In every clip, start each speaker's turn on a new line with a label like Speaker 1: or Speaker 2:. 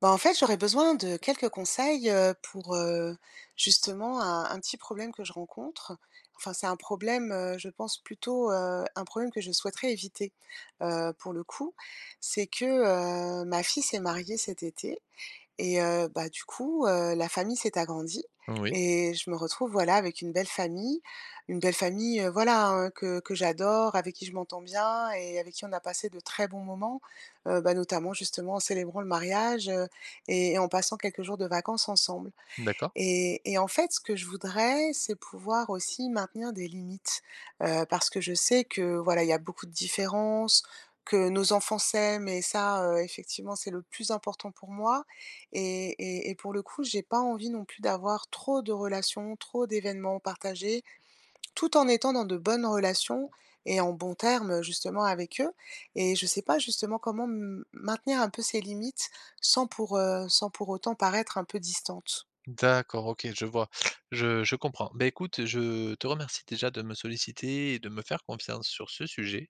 Speaker 1: Bah, en fait, j'aurais besoin de quelques conseils, pour, justement un petit problème que je rencontre. Enfin, c'est un problème, je pense plutôt, un problème que je souhaiterais éviter, pour le coup. C'est que, ma fille s'est mariée cet été et bah, du coup, la famille s'est agrandie
Speaker 2: Oui,
Speaker 1: et je me retrouve, voilà, avec une belle famille, voilà, hein, que j'adore, avec qui je m'entends bien et avec qui on a passé de très bons moments, bah, notamment justement en célébrant le mariage, et en passant quelques jours de vacances ensemble.
Speaker 2: d'accord.
Speaker 1: Et en fait, ce que je voudrais, c'est pouvoir aussi maintenir des limites, parce que je sais que, voilà, il y a beaucoup de différences, que nos enfants s'aiment et ça, effectivement, c'est le plus important pour moi et pour le coup, j'ai pas envie non plus d'avoir trop de relations, trop d'événements partagés, tout en étant dans de bonnes relations et en bons termes, justement avec eux et je sais pas justement comment m maintenir un peu ces limites sans pour autant paraître un peu distante.
Speaker 2: D'accord, OK, je vois. Je comprends. Ben écoute, je te remercie déjà de me solliciter et de me faire confiance sur ce sujet.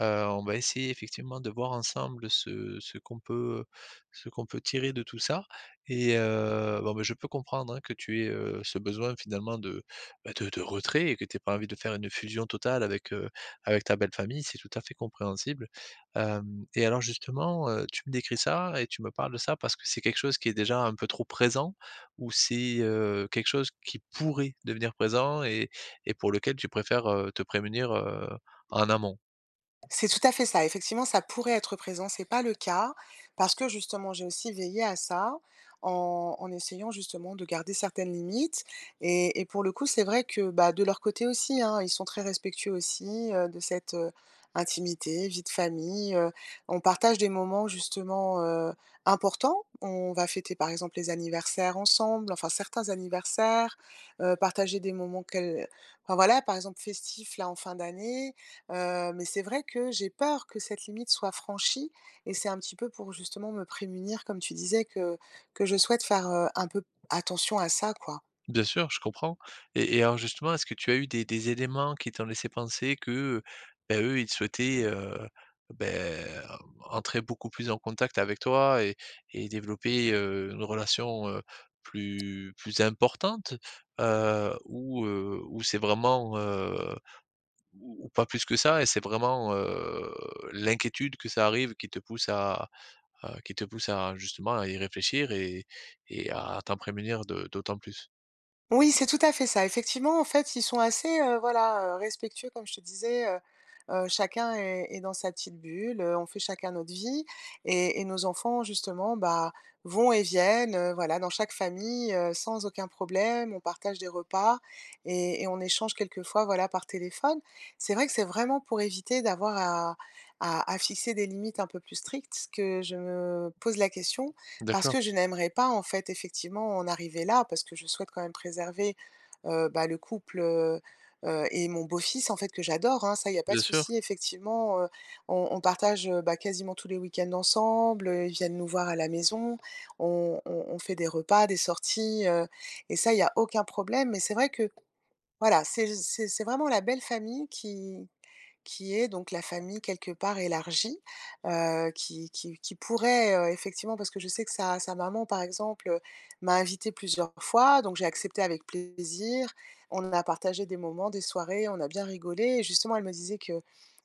Speaker 2: On va essayer effectivement de voir ensemble ce qu'on peut ce qu'on peut tirer de tout ça et bon, beh, je peux comprendre, hein, que tu aies, ce besoin finalement de, bah, de retrait et que tu aies pas envie de faire une fusion totale avec, avec ta belle famille, c'est tout à fait compréhensible. Hem Et alors justement, tu me décris ça et tu me parles de ça parce que c'est quelque chose qui est déjà un peu trop présent ou c'est, quelque chose qui pourrait devenir présent et pour lequel tu préfères, te prémunir, en amont?
Speaker 1: C'est tout à fait ça. Effectivement, ça pourrait être présent. C'est pas le cas parce que justement, j'ai aussi veillé à ça en essayant justement de garder certaines limites et pour le coup, c'est vrai que, bah, de leur côté aussi, hein, ils sont très respectueux aussi, de cette, intimité, vie de famille. On partage des moments justement, importants. On va fêter par exemple les anniversaires ensemble, enfin certains anniversaires, partager des moments quel enfin voilà, par exemple festifs là en fin d'année. Mais c'est vrai que j'ai peur que cette limite soit franchie et c'est un petit peu pour justement me prémunir, comme tu disais, que je souhaite faire, un peu attention à ça, quoi.
Speaker 2: Bien sûr, je comprends et alors justement, est-ce que tu as eu des éléments qui t'ont laissé penser que, heu, bah, eux, ils souhaitaient, beh, entrer beaucoup plus en contact avec toi et développer, une relation, plus importante? Ou c'est vraiment, ou pas plus que ça et c'est vraiment, l'inquiétude que ça arrive qui te pousse à qui te pousse à justement à y réfléchir et à t'en prémunir de d'autant plus?
Speaker 1: Oui, c'est tout à fait ça. Effectivement, en fait, ils sont assez, voilà, respectueux comme je te disais, chacun est dans sa petite bulle, on fait chacun notre vie et nos enfants justement, bah, vont et viennent, voilà, dans chaque famille, sans aucun problème. On partage des repas et on échange quelquefois, voilà, par téléphone. C'est vrai que c'est vraiment pour éviter d'avoir à fixer des limites un peu plus strictes que je me pose la question parce
Speaker 2: D'accord.
Speaker 1: que je n'aimerais pas, en fait, effectivement, en arriver là, parce que je souhaite quand même préserver, bah, le couple, et mon beau-fils, en fait, que j'adore, hein, ça, il y a pas de
Speaker 2: Bien sûr,
Speaker 1: souci, effectivement, on partage, bah, quasiment tous les week-ends ensemble, ils viennent nous voir à la maison, on fait des repas, des sorties, et ça, il y a aucun problème mais c'est vrai que, voilà, c'est vraiment la belle famille qui est donc la famille quelque part élargie, qui pourrait, effectivement parce que je sais que sa maman par exemple, m'a invitée plusieurs fois, donc j'ai accepté avec plaisir. On a partagé des moments, des soirées, on a bien rigolé et justement elle me disait que,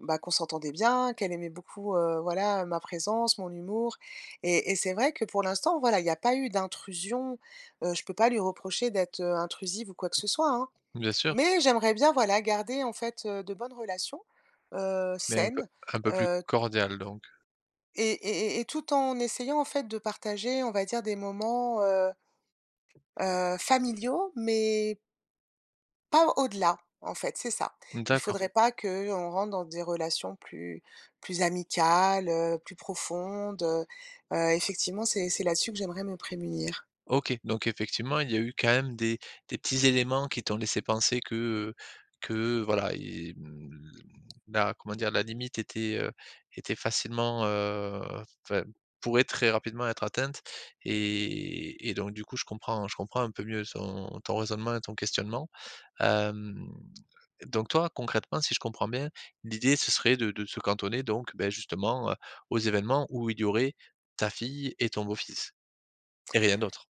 Speaker 1: bah, qu'on s'entendait bien, qu'elle aimait beaucoup, voilà, ma présence, mon humour et c'est vrai que pour l'instant, voilà, il n'y a pas eu d'intrusion, je peux pas lui reprocher d'être, intrusive ou quoi que ce soit, hein.
Speaker 2: bien sûr,
Speaker 1: Mais j'aimerais bien, voilà, garder en fait, de bonnes relations,
Speaker 2: mais
Speaker 1: saines,
Speaker 2: un peu plus
Speaker 1: heu
Speaker 2: cordial donc.
Speaker 1: et tout en essayant en fait de partager, on va dire des moments, familiaux, mais pas au-delà, en fait, c'est ça. Il
Speaker 2: D'accord,
Speaker 1: faudrait pas qu'on rentre dans des relations plus amicales, plus profondes, effectivement, c'est là-dessus que j'aimerais me prémunir.
Speaker 2: OK, donc effectivement, il y a eu quand même des petits éléments qui t'ont laissé penser que voilà et mmh, la comment dire? La limite était, était facilement, enfin, pourrait très rapidement être atteinte et donc du coup, je comprends un peu mieux ton ton raisonnement et ton questionnement. Hem, donc toi, concrètement, si je comprends bien, l'idée ce serait de se cantonner donc, beh, justement, aux événements où il y aurait ta fille et ton beau-fils et rien d'autre?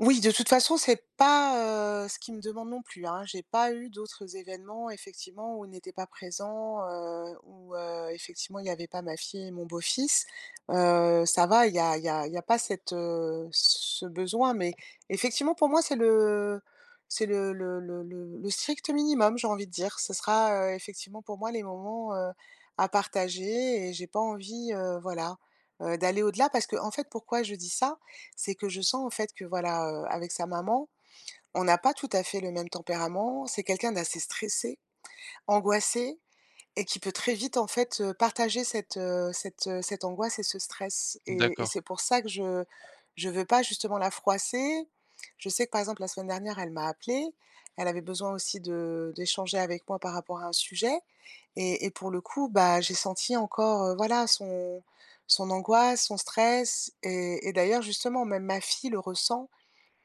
Speaker 1: Oui, de toute façon, c'est pas, ce qu'ils me demandent non plus, hein. J'ai pas eu d'autres événements effectivement où ils n'étaient pas présents, où, effectivement il y avait pas ma fille et mon beau-fils. Ça va, il y a il y a il y a pas cette, ce besoin, mais effectivement pour moi c'est le strict minimum, j'ai envie de dire. Ce sera, effectivement pour moi les moments, à partager et j'ai pas envie, voilà, d'aller au-delà parce que en fait pourquoi je dis ça? C'est que je sens en fait que voilà, avec sa maman, on n'a pas tout à fait le même tempérament. C'est quelqu'un d'assez stressé, angoissé et qui peut très vite en fait, partager cette, cette angoisse et ce stress et
Speaker 2: D'accord.
Speaker 1: c'est pour ça que je veux pas justement la froisser. Je sais que par exemple la semaine dernière, elle m'a appelée, elle avait besoin aussi de d'échanger avec moi par rapport à un sujet et pour le coup, bah, j'ai senti encore, voilà son angoisse, son stress et d'ailleurs justement même ma fille le ressent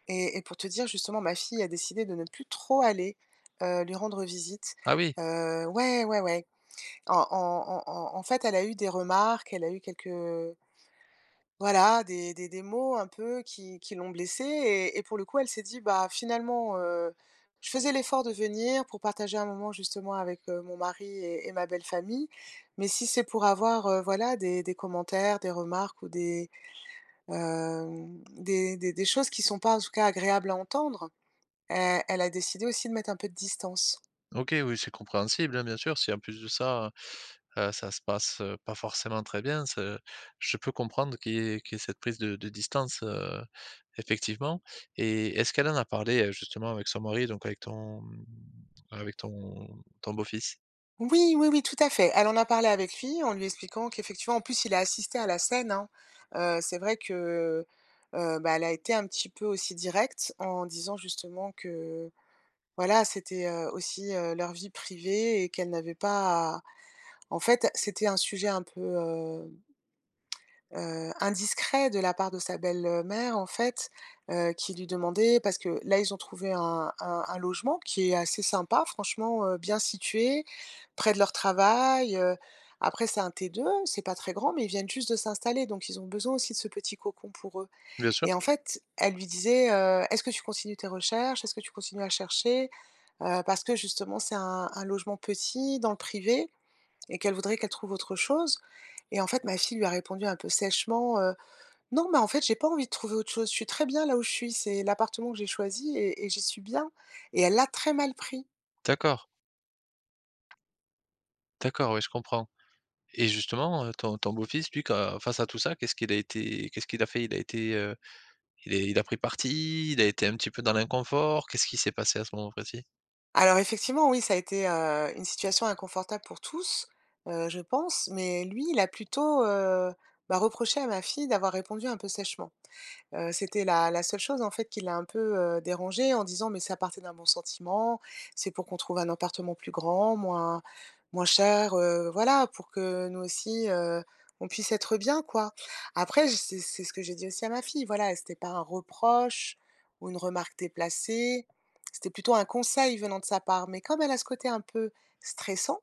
Speaker 1: et pour te dire, justement, ma fille a décidé de ne plus trop aller, lui rendre visite.
Speaker 2: Ah oui!
Speaker 1: Ouais, ouais, ouais. En en en fait, elle a eu des remarques, elle a eu quelques, voilà, des mots un peu qui l'ont blessée et pour le coup, elle s'est dit : « Bah, finalement, je faisais l'effort de venir pour partager un moment justement avec, mon mari et ma belle famille, mais si c'est pour avoir, voilà, des commentaires, des remarques ou des, hem, des choses qui sont pas, en tout cas, agréables à entendre, elle a décidé aussi de mettre un peu de distance. »
Speaker 2: OK, oui, c'est compréhensible, hein, bien sûr. Si en plus de ça, ça se passe, pas forcément très bien, ce je peux comprendre qu'il y ait cette prise de distance, effectivement. Et est-ce qu'elle en a parlé, justement avec son mari, donc avec ton ton beau-fils?
Speaker 1: Oui, oui, oui, tout à fait. Elle en a parlé avec lui en lui expliquant qu'effectivement en plus il a assisté à la scène, hein. C'est vrai que, bah, elle a été un petit peu aussi directe en disant justement que, voilà, c'était, aussi, leur vie privée et qu'elle n'avait pas à en fait, c'était un sujet un peu, indiscret de la part de sa belle-mère, en fait, qui lui demandait parce que là, ils ont trouvé un logement qui est assez sympa franchement, bien situé, près de leur travail, après c'est un T2, c'est pas très grand mais ils viennent juste de s'installer donc ils ont besoin aussi de ce petit cocon pour eux
Speaker 2: Bien sûr?
Speaker 1: et en fait, elle lui disait, Est-ce que tu continues tes recherches? Est-ce que tu continues à chercher ? » parce que justement c'est un logement petit dans le privé et qu'elle voudrait qu'elle trouve autre chose et en fait, ma fille lui a répondu un peu sèchement, non, mais en fait, j'ai pas envie de trouver autre chose. Je suis très bien là où je suis. C'est l'appartement que j'ai choisi et j'y suis bien et elle l'a très mal pris.
Speaker 2: D'accord, d'accord, oui, je comprends. Et justement, ton ton beau-fils, lui, quand face à tout ça, qu'est-ce qu'il a été qu'est-ce qu'il a fait? Il a été, il est il a pris parti? Il a été un petit peu dans l'inconfort? Qu'est-ce qui s'est passé à ce moment précis?
Speaker 1: Alors effectivement, oui, ça a été, une situation inconfortable pour tous, je pense, mais lui, il a plutôt, bah, reproché à ma fille d'avoir répondu un peu sèchement. C'était la seule chose en fait qui l'a un peu, dérangé en disant : « Mais ça partait d'un bon sentiment, c'est pour qu'on trouve un appartement plus grand, moins cher, voilà, pour que nous aussi, on puisse être bien, quoi. » Après j c'est ce que j'ai dit aussi à ma fille, voilà, c'était pas un reproche ou une remarque déplacée, c'était plutôt un conseil venant de sa part, mais comme elle a ce côté un peu stressant,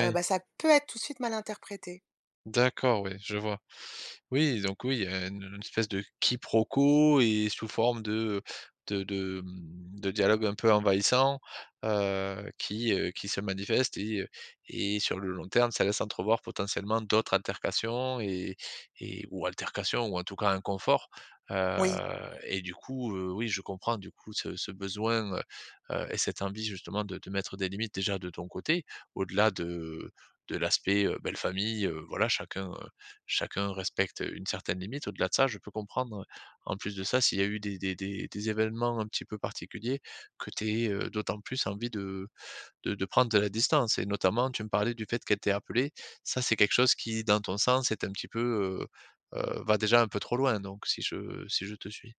Speaker 1: bah, ça peut être tout de suite mal interprété.
Speaker 2: D'accord, oui, je vois. Oui, donc oui, il y a une espèce de quiproquo et sous forme de de, mmh, de dialogue un peu envahissant, qui se manifeste et sur le long terme, ça laisse entrevoir potentiellement d'autres altercations et ou altercations ou en tout cas inconfort, heu
Speaker 1: Oui.
Speaker 2: et du coup, oui, je comprends du coup ce besoin, et cette envie justement de mettre des limites déjà de ton côté, au-delà de l'aspect, belle famille, voilà chacun, chacun respecte une certaine limite. Au-delà de ça, je peux comprendre, en plus de ça, s'il y a eu des événements un petit peu particuliers, que tu aies, d'autant plus envie de prendre de la distance et notamment, tu me parlais du fait qu'elle t'ait appelé. Ça, c'est quelque chose qui, dans ton sens, est un petit peu, va déjà un peu trop loin, donc si je si je te suis.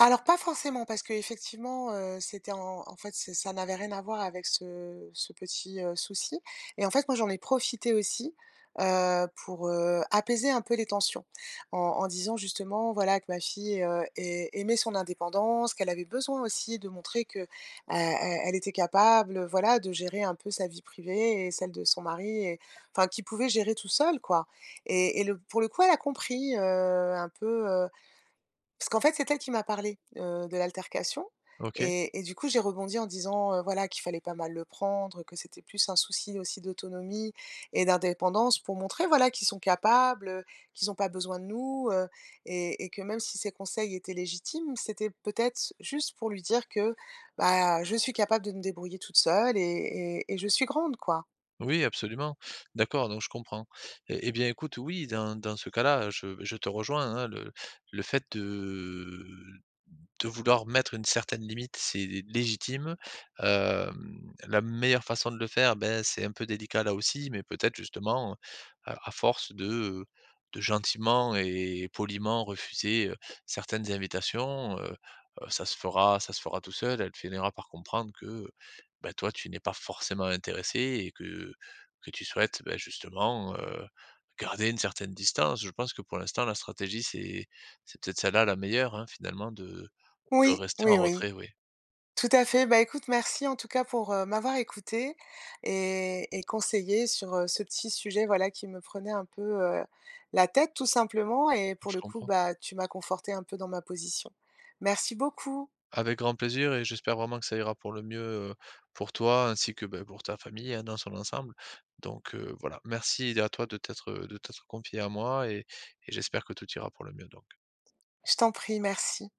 Speaker 1: Alors pas forcément parce qu'effectivement, c'était en fait, c'est ça n'avait rien à voir avec ce petit, souci et en fait, moi, j'en ai profité aussi, pour, apaiser un peu les tensions en disant justement, voilà, que ma fille, ai aimait son indépendance, qu'elle avait besoin aussi de montrer que, elle était capable, voilà, de gérer un peu sa vie privée et celle de son mari et enfin, qui pouvait gérer tout seul quoi et le pour le coup, elle a compris, un peu, parce qu'en fait, c'est elle qui m'a parlé, de l'altercation
Speaker 2: OK.
Speaker 1: et du coup, j'ai rebondi en disant, voilà, qu'il fallait pas mal le prendre, que c'était plus un souci aussi d'autonomie et d'indépendance pour montrer, voilà, qu'ils sont capables, qu'ils n'ont pas besoin de nous, et que même si ses conseils étaient légitimes, c'était peut-être juste pour lui dire que, bah, je suis capable de me débrouiller toute seule et je suis grande, quoi.
Speaker 2: Oui, absolument. D'accord, donc je comprends et bien, écoute, oui, dans dans ce cas-là, je te rejoins, hein, le fait de vouloir mettre une certaine limite, c'est légitime. Hem, la meilleure façon de le faire, ben c'est un peu délicat là aussi, mais peut-être justement, à force de gentiment et poliment refuser, certaines invitations, ça se fera tout seul. Elle finira par comprendre que, ben toi, tu n'es pas forcément intéressé et que tu souhaites, bah, justement, garder une certaine distance. Je pense que pour l'instant, la stratégie, c'est peut-être celle-là la meilleure, hein, finalement de
Speaker 1: Oui,
Speaker 2: rester en
Speaker 1: oui, oui.
Speaker 2: retrait, oui,
Speaker 1: Tout à fait. Bah, écoute, merci en tout cas pour, m'avoir écouté et conseillée sur, ce petit sujet, voilà, qui me prenait un peu, la tête tout simplement et pour
Speaker 2: je
Speaker 1: le coup,
Speaker 2: comprends.
Speaker 1: bah, tu m'as conforté un peu dans ma position. Merci beaucoup.
Speaker 2: Avec grand plaisir et j'espère vraiment que ça ira pour le mieux, heu, pour toi ainsi que, bah, pour ta famille, hein, dans son ensemble. Donc, voilà, merci à toi de t'être confié à moi et j'espère que tout ira pour le mieux donc.
Speaker 1: Je t'en prie, merci.